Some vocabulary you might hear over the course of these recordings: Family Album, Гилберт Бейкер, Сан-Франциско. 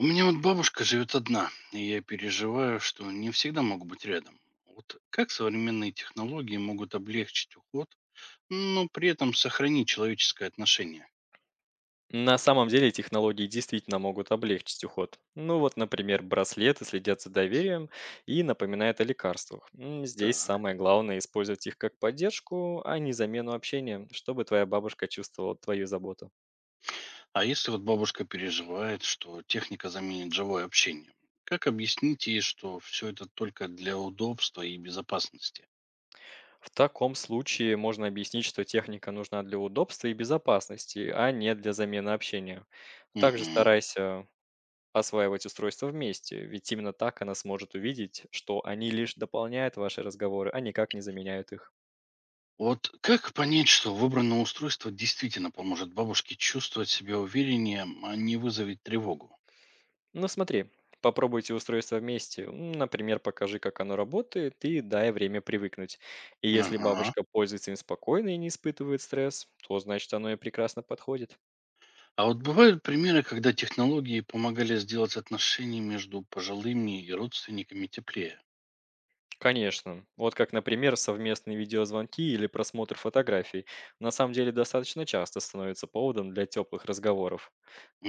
У меня вот бабушка живет одна, и я переживаю, что не всегда могу быть рядом. Вот как современные технологии могут облегчить уход, но при этом сохранить человеческое отношение? На самом деле технологии действительно могут облегчить уход. Ну вот, например, браслеты следят за доверием и напоминают о лекарствах. Здесь Так. самое главное использовать их как поддержку, а не замену общения, чтобы твоя бабушка чувствовала твою заботу. А если вот бабушка переживает, что техника заменит живое общение? Как объяснить ей, что все это только для удобства и безопасности? В таком случае можно объяснить, что техника нужна для удобства и безопасности, а не для замены общения. Также Мгм. старайся осваивать устройство вместе, ведь именно так она сможет увидеть, что они лишь дополняют ваши разговоры, а никак не заменяют их. Вот как понять, что выбранное устройство действительно поможет бабушке чувствовать себя увереннее, а не вызовет тревогу? Ну смотри, попробуйте устройство вместе. Например, покажи, как оно работает, и дай время привыкнуть. И если Ага. бабушка пользуется им спокойно и не испытывает стресс, то значит оно и прекрасно подходит. А вот бывают примеры, когда технологии помогали сделать отношения между пожилыми и родственниками теплее. Конечно. Вот как, например, совместные видеозвонки или просмотр фотографий на самом деле достаточно часто становится поводом для теплых разговоров.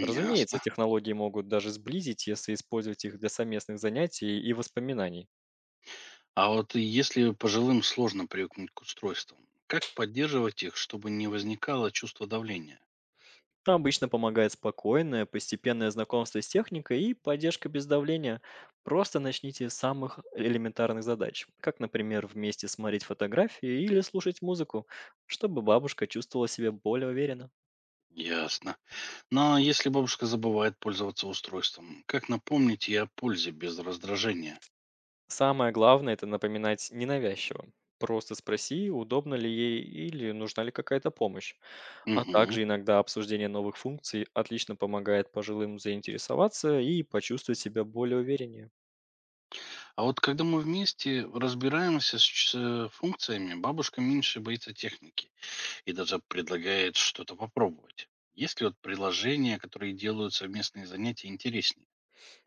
Разумеется, Ясно. технологии могут даже сблизить, если использовать их для совместных занятий и воспоминаний. А вот и если пожилым сложно привыкнуть к устройствам, как поддерживать их, чтобы не возникало чувство давления? Обычно помогает спокойное, постепенное знакомство с техникой и поддержка без давления. Просто начните с самых элементарных задач, как, например, вместе смотреть фотографии или слушать музыку, чтобы бабушка чувствовала себя более уверенно. Ясно. Но если бабушка забывает пользоваться устройством, как напомнить ей о пользе без раздражения? Самое главное– это напоминать ненавязчиво. Просто спроси, удобно ли ей или нужна ли какая-то помощь. А Мгм. также иногда обсуждение новых функций отлично помогает пожилым заинтересоваться и почувствовать себя более увереннее. А вот когда мы вместе разбираемся с функциями, бабушка меньше боится техники. И даже предлагает что-то попробовать. Есть ли вот приложения, которые делают совместные занятия интереснее?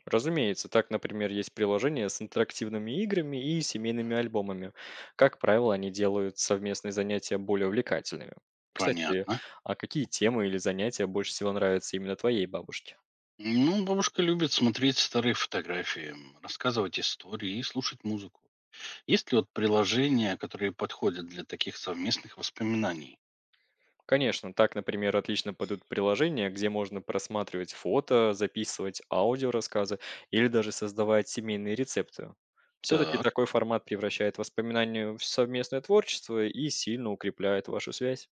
Разумеется, так, например, есть приложения с интерактивными играми и семейными альбомами. Как правило, они делают совместные занятия более увлекательными. Кстати, Понятно. а какие темы или занятия больше всего нравятся именно твоей бабушке? Ну, бабушка любит смотреть старые фотографии, рассказывать истории и слушать музыку. Есть ли вот приложения, которые подходят для таких совместных воспоминаний? Конечно, так, например, отлично пойдут приложения, где можно просматривать фото, записывать аудиорассказы или даже создавать семейные рецепты. Все-таки Так. такой формат превращает воспоминания в совместное творчество и сильно укрепляет вашу связь.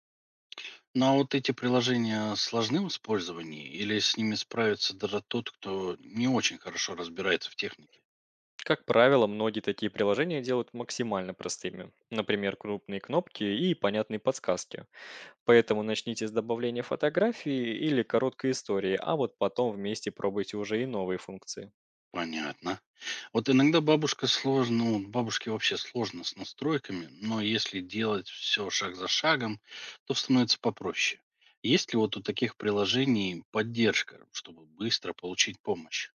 Ну а вот эти приложения сложны в использовании или с ними справится даже тот, кто не очень хорошо разбирается в технике? Как правило, многие такие приложения делают максимально простыми, например, крупные кнопки и понятные подсказки. Поэтому начните с добавления фотографии или короткой истории, а вот потом вместе пробуйте уже и новые функции. Понятно. Вот иногда бабушка сложно, ну, бабушке вообще сложно с настройками, но если делать все шаг за шагом, то становится попроще. Есть ли вот у таких приложений поддержка, чтобы быстро получить помощь?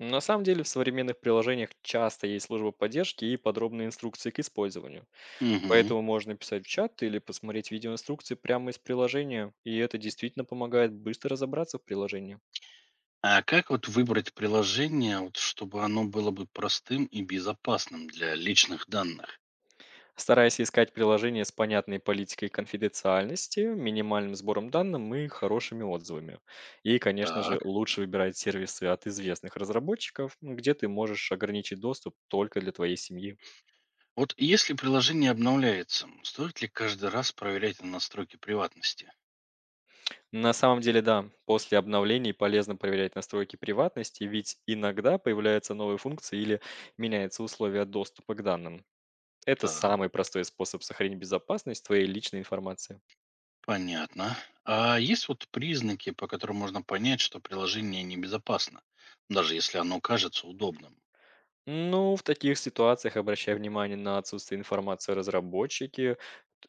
На самом деле в современных приложениях часто есть служба поддержки и подробные инструкции к использованию. Мгм. Поэтому можно писать в чат или посмотреть видеоинструкции прямо из приложения, и это действительно помогает быстро разобраться в приложении. А как вот выбрать приложение, вот, чтобы оно было бы простым и безопасным для личных данных? Стараясь искать приложения с понятной политикой конфиденциальности, минимальным сбором данных и хорошими отзывами. И, конечно же, Так. лучше выбирать сервисы от известных разработчиков, где ты можешь ограничить доступ только для твоей семьи. Вот если приложение обновляется, стоит ли каждый раз проверять настройки приватности? На самом деле, да, после обновлений полезно проверять настройки приватности, ведь иногда появляются новые функции или меняются условия доступа к данным. Это самый Так. простой способ сохранить безопасность твоей личной информации. Понятно. А есть вот признаки, по которым можно понять, что приложение небезопасно, даже если оно кажется удобным? Ну, в таких ситуациях обращай внимание на отсутствие информации о разработчике,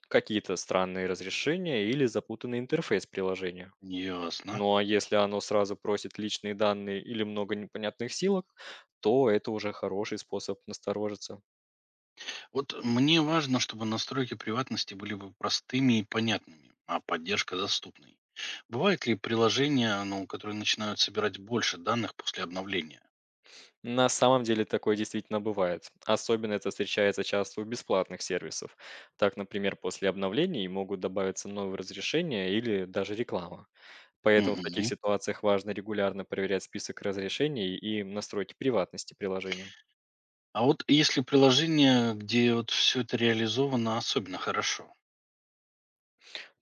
какие-то странные разрешения или запутанный интерфейс приложения. Ясно. Ну а если оно сразу просит личные данные или много непонятных силок, то это уже хороший способ насторожиться. Вот мне важно, чтобы настройки приватности были бы простыми и понятными, а поддержка доступной. Бывают ли приложения, ну, которые начинают собирать больше данных после обновления? На самом деле такое действительно бывает. Особенно это встречается часто у бесплатных сервисов. Так, например, после обновлений могут добавиться новые разрешения или даже реклама. Поэтому в таких Мгм. ситуациях важно регулярно проверять список разрешений и настройки приватности приложения. А вот если приложение, где вот все это реализовано особенно хорошо?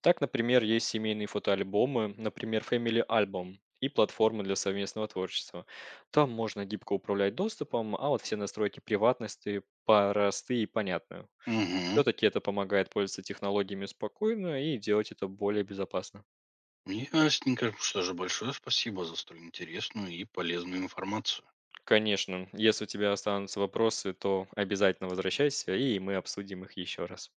Так, например, есть семейные фотоальбомы, например, Family Album и платформы для совместного творчества. Там можно гибко управлять доступом, а вот все настройки приватности просты и понятны. Мгм. Все-таки это помогает пользоваться технологиями спокойно и делать это более безопасно. Ясненько. Что же, большое спасибо за столь интересную и полезную информацию. Конечно, если у тебя останутся вопросы, то обязательно возвращайся, и мы обсудим их еще раз.